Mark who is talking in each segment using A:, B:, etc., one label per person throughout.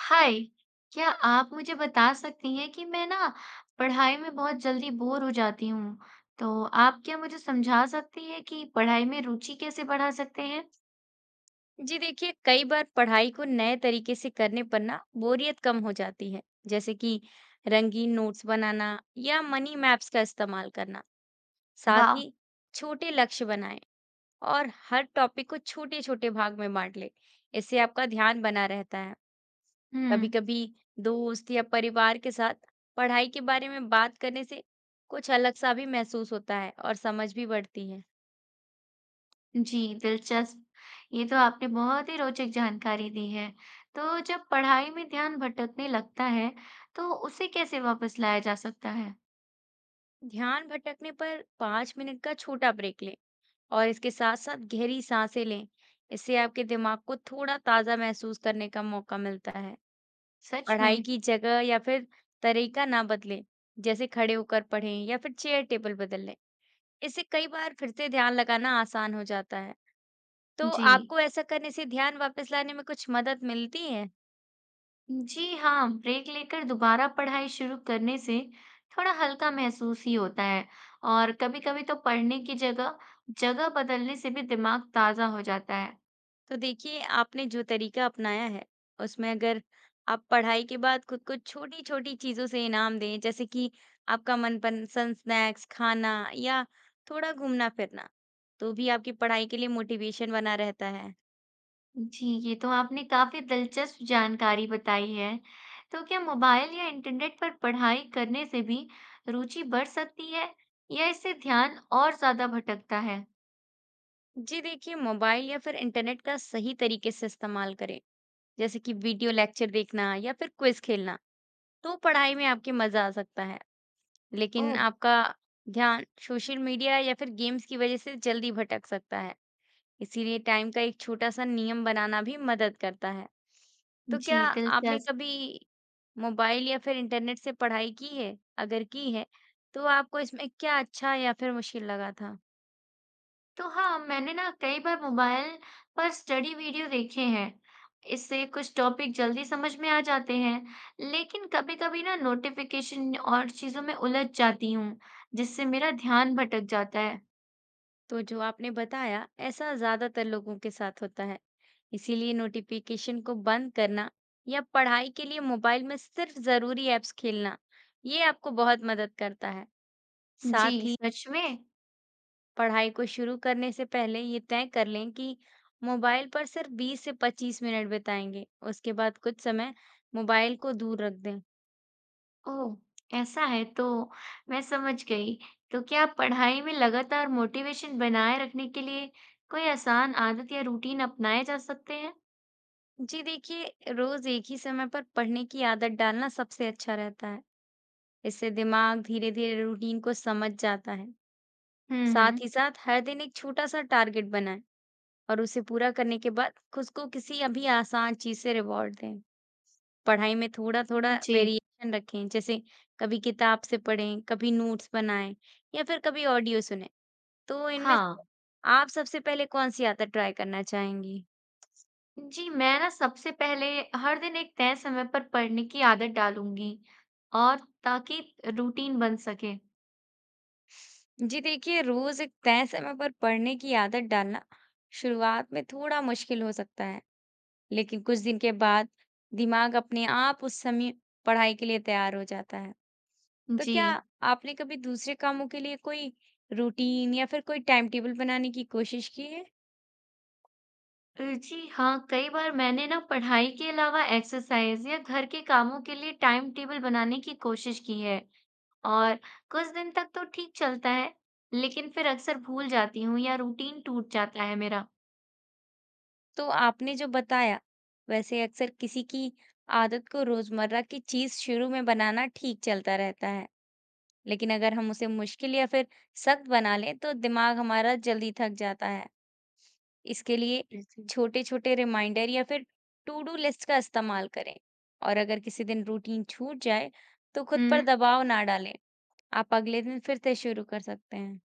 A: हाय। क्या आप मुझे बता सकती हैं कि मैं ना पढ़ाई में बहुत जल्दी बोर हो जाती हूँ। तो आप क्या मुझे समझा सकती हैं कि पढ़ाई में रुचि कैसे बढ़ा सकते हैं।
B: जी देखिए, कई बार पढ़ाई को नए तरीके से करने पर ना बोरियत कम हो जाती है। जैसे कि रंगीन नोट्स बनाना या मनी मैप्स का इस्तेमाल करना। साथ
A: वाह।
B: ही छोटे लक्ष्य बनाएं और हर टॉपिक को छोटे छोटे भाग में बांट लें। इससे आपका ध्यान बना रहता है। कभी
A: हम्म।
B: कभी दोस्त या परिवार के साथ पढ़ाई के बारे में बात करने से कुछ अलग सा भी महसूस होता है और समझ भी बढ़ती है।
A: जी दिलचस्प। ये तो आपने बहुत ही रोचक जानकारी दी है। तो जब पढ़ाई में ध्यान भटकने लगता है तो उसे कैसे वापस लाया जा सकता है।
B: ध्यान भटकने पर 5 मिनट का छोटा ब्रेक लें और इसके साथ-साथ गहरी साँसें लें। इससे आपके दिमाग को थोड़ा ताज़ा महसूस करने का मौका मिलता है।
A: सच
B: पढ़ाई
A: में।
B: की जगह या फिर तरीका ना बदलें, जैसे खड़े होकर पढ़ें या फिर चेयर टेबल बदल लें। इससे कई बार फिर से ध्यान लगाना आसान हो जाता है। तो
A: जी।
B: आपको ऐसा करने से ध्यान वापस लाने में कुछ मदद मिलती है?
A: जी हाँ, ब्रेक लेकर दोबारा पढ़ाई शुरू करने से थोड़ा हल्का महसूस ही होता है। और कभी-कभी तो पढ़ने की जगह जगह बदलने से भी दिमाग ताजा हो जाता है।
B: तो देखिए, आपने जो तरीका अपनाया है, उसमें अगर आप पढ़ाई के बाद खुद को छोटी-छोटी चीज़ों से इनाम दें, जैसे कि आपका मनपसंद स्नैक्स खाना या थोड़ा घूमना-फिरना, तो भी आपकी पढ़ाई के लिए मोटिवेशन बना रहता है।
A: जी ये तो आपने काफी दिलचस्प जानकारी बताई है। तो क्या मोबाइल या इंटरनेट पर पढ़ाई करने से भी रुचि बढ़ सकती है, या इससे ध्यान और ज्यादा भटकता है।
B: जी देखिए, मोबाइल या फिर इंटरनेट का सही तरीके से इस्तेमाल करें, जैसे कि वीडियो लेक्चर देखना या फिर क्विज़ खेलना, तो पढ़ाई में आपके मज़ा आ सकता है। लेकिन
A: ओह।
B: आपका ध्यान सोशल मीडिया या फिर गेम्स की वज़ह से जल्दी भटक सकता है। इसीलिए टाइम का एक छोटा-सा नियम बनाना भी मदद करता है। तो
A: जी
B: क्या आपने
A: दिलचस्प।
B: कभी मोबाइल या फिर इंटरनेट से पढ़ाई की है? अगर की है, तो आपको इसमें क्या अच्छा या फिर मुश्किल लगा था?
A: तो हाँ, मैंने ना कई बार मोबाइल पर स्टडी वीडियो देखे हैं। इससे कुछ टॉपिक जल्दी समझ में आ जाते हैं। लेकिन कभी कभी ना नोटिफिकेशन और चीजों में उलझ जाती हूँ, जिससे मेरा ध्यान भटक जाता है।
B: तो जो आपने बताया, ऐसा ज़्यादातर लोगों के साथ होता है। इसीलिए नोटिफ़िकेशन को बंद करना या पढ़ाई के लिए मोबाइल में सिर्फ़ ज़रूरी ऐप्स खेलना, ये आपको बहुत मदद करता है।
A: जी
B: साथ ही
A: सच में।
B: पढ़ाई को शुरू करने से पहले ये तय कर लें कि मोबाइल पर सिर्फ 20 से 25 मिनट बिताएंगे। उसके बाद कुछ समय मोबाइल को दूर रख दें।
A: ओह, ऐसा है। तो मैं समझ गई। तो क्या पढ़ाई में लगातार मोटिवेशन बनाए रखने के लिए कोई आसान आदत या रूटीन अपनाए जा सकते हैं।
B: जी देखिए, रोज एक ही समय पर पढ़ने की आदत डालना सबसे अच्छा रहता है। इससे दिमाग धीरे-धीरे रूटीन को समझ जाता है।
A: हम्म।
B: साथ ही साथ हर दिन एक छोटा सा टारगेट बनाएं और उसे पूरा करने के बाद खुद को किसी अभी आसान चीज़ से रिवॉर्ड दें। पढ़ाई में थोड़ा-थोड़ा
A: जी।
B: वेरिएशन रखें, जैसे कभी किताब से पढ़ें, कभी नोट्स बनाएँ या फिर कभी ऑडियो सुनें। तो इनमें से
A: हाँ।
B: आप सबसे पहले कौन-सी आदत ट्राई करना चाहेंगी?
A: जी, मैं ना सबसे पहले हर दिन एक तय समय पर पढ़ने की आदत डालूँगी और ताकि रूटीन बन सके।
B: जी देखिए, रोज़ एक तय समय पर पढ़ने की आदत डालना शुरुआत में थोड़ा मुश्किल हो सकता है, लेकिन कुछ दिन के बाद दिमाग अपने आप उस समय पढ़ाई के लिए तैयार हो जाता है। तो
A: जी।
B: क्या आपने कभी दूसरे कामों के लिए कोई रूटीन या फिर कोई टाइम टेबल बनाने की कोशिश की है?
A: जी हाँ, कई बार मैंने ना पढ़ाई के अलावा एक्सरसाइज़ या घर के कामों के लिए टाइम टेबल बनाने की कोशिश की है। और कुछ दिन तक तो ठीक चलता है, लेकिन फिर अक्सर भूल जाती हूँ या रूटीन टूट जाता है मेरा।
B: तो आपने जो बताया, वैसे अक्सर किसी की आदत को रोज़मर्रा की चीज़ शुरू में बनाना ठीक चलता रहता है, लेकिन अगर हम उसे मुश्किल या फिर सख्त बना लें, तो दिमाग हमारा जल्दी थक जाता है। इसके लिए
A: जी।
B: छोटे-छोटे रिमाइंडर या फिर टू डू लिस्ट का इस्तेमाल करें, और अगर किसी दिन रूटीन छूट जाए, तो खुद
A: हुँ।
B: पर दबाव ना डालें। आप अगले दिन फिर से शुरू कर सकते हैं।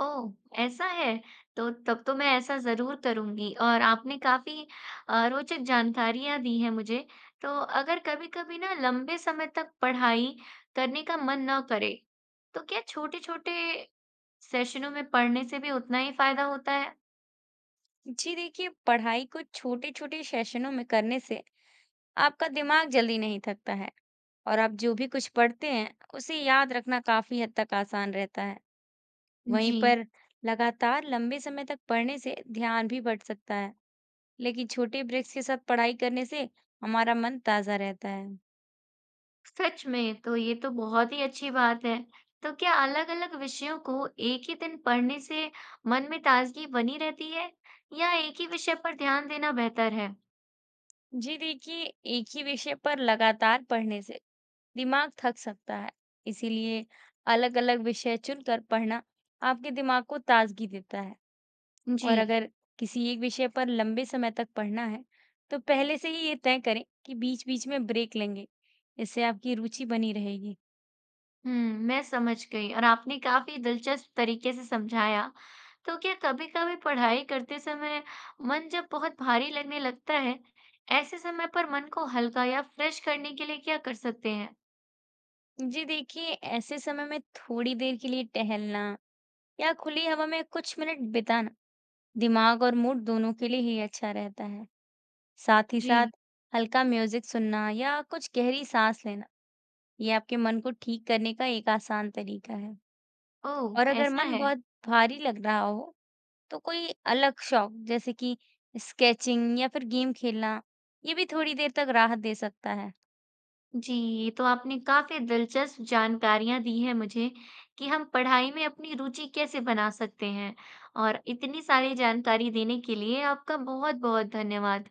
A: ओह! ऐसा है? तो तब तो मैं ऐसा ज़रूर करूँगी, और आपने काफ़ी रोचक जानकारियाँ दी हैं मुझे। तो अगर कभी-कभी ना लंबे समय तक पढ़ाई करने का मन ना करे, तो क्या छोटे-छोटे सेशनों में पढ़ने से भी उतना ही फ़ायदा होता है?
B: जी देखिए, पढ़ाई को छोटे-छोटे सेशनों में करने से आपका दिमाग जल्दी नहीं थकता है और आप जो भी कुछ पढ़ते हैं, उसे याद रखना काफ़ी हद तक आसान रहता है। वहीं
A: जी,
B: पर लगातार लंबे समय तक पढ़ने से ध्यान भी बढ़ सकता है, लेकिन छोटे ब्रेक्स के साथ पढ़ाई करने से हमारा मन ताज़ा रहता है।
A: सच में, तो ये तो बहुत ही अच्छी बात है। तो क्या अलग-अलग विषयों को एक ही दिन पढ़ने से मन में ताज़गी बनी रहती है, या एक ही विषय पर ध्यान देना बेहतर है?
B: जी देखिए, एक ही विषय पर लगातार पढ़ने से दिमाग थक सकता है, इसीलिए अलग-अलग विषय चुनकर पढ़ना आपके दिमाग को ताज़गी देता है।
A: जी।
B: और अगर किसी एक विषय पर लंबे समय तक पढ़ना है, तो पहले से ही ये तय करें कि बीच-बीच में ब्रेक लेंगे। इससे आपकी रुचि बनी रहेगी।
A: मैं समझ गई और आपने काफी दिलचस्प तरीके से समझाया। तो क्या कभी-कभी पढ़ाई करते समय मन जब बहुत भारी लगने लगता है, ऐसे समय पर मन को हल्का या फ्रेश करने के लिए क्या कर सकते हैं?
B: जी देखिए, ऐसे समय में थोड़ी देर के लिए टहलना या खुली हवा में कुछ मिनट बिताना, दिमाग और मूड दोनों के लिए ही अच्छा रहता है। साथ ही
A: जी।
B: साथ हल्का म्यूजिक सुनना या कुछ गहरी सांस लेना, ये आपके मन को ठीक करने का एक आसान तरीका है। और
A: ओह,
B: अगर
A: ऐसा
B: मन
A: है।
B: बहुत भारी लग रहा हो, तो कोई अलग शौक जैसे कि स्केचिंग या फिर गेम खेलना, ये भी थोड़ी देर तक राहत दे सकता है।
A: जी, ये तो आपने काफी दिलचस्प जानकारियां दी हैं मुझे कि हम पढ़ाई में अपनी रुचि कैसे बना सकते हैं। और इतनी सारी जानकारी देने के लिए आपका बहुत-बहुत धन्यवाद।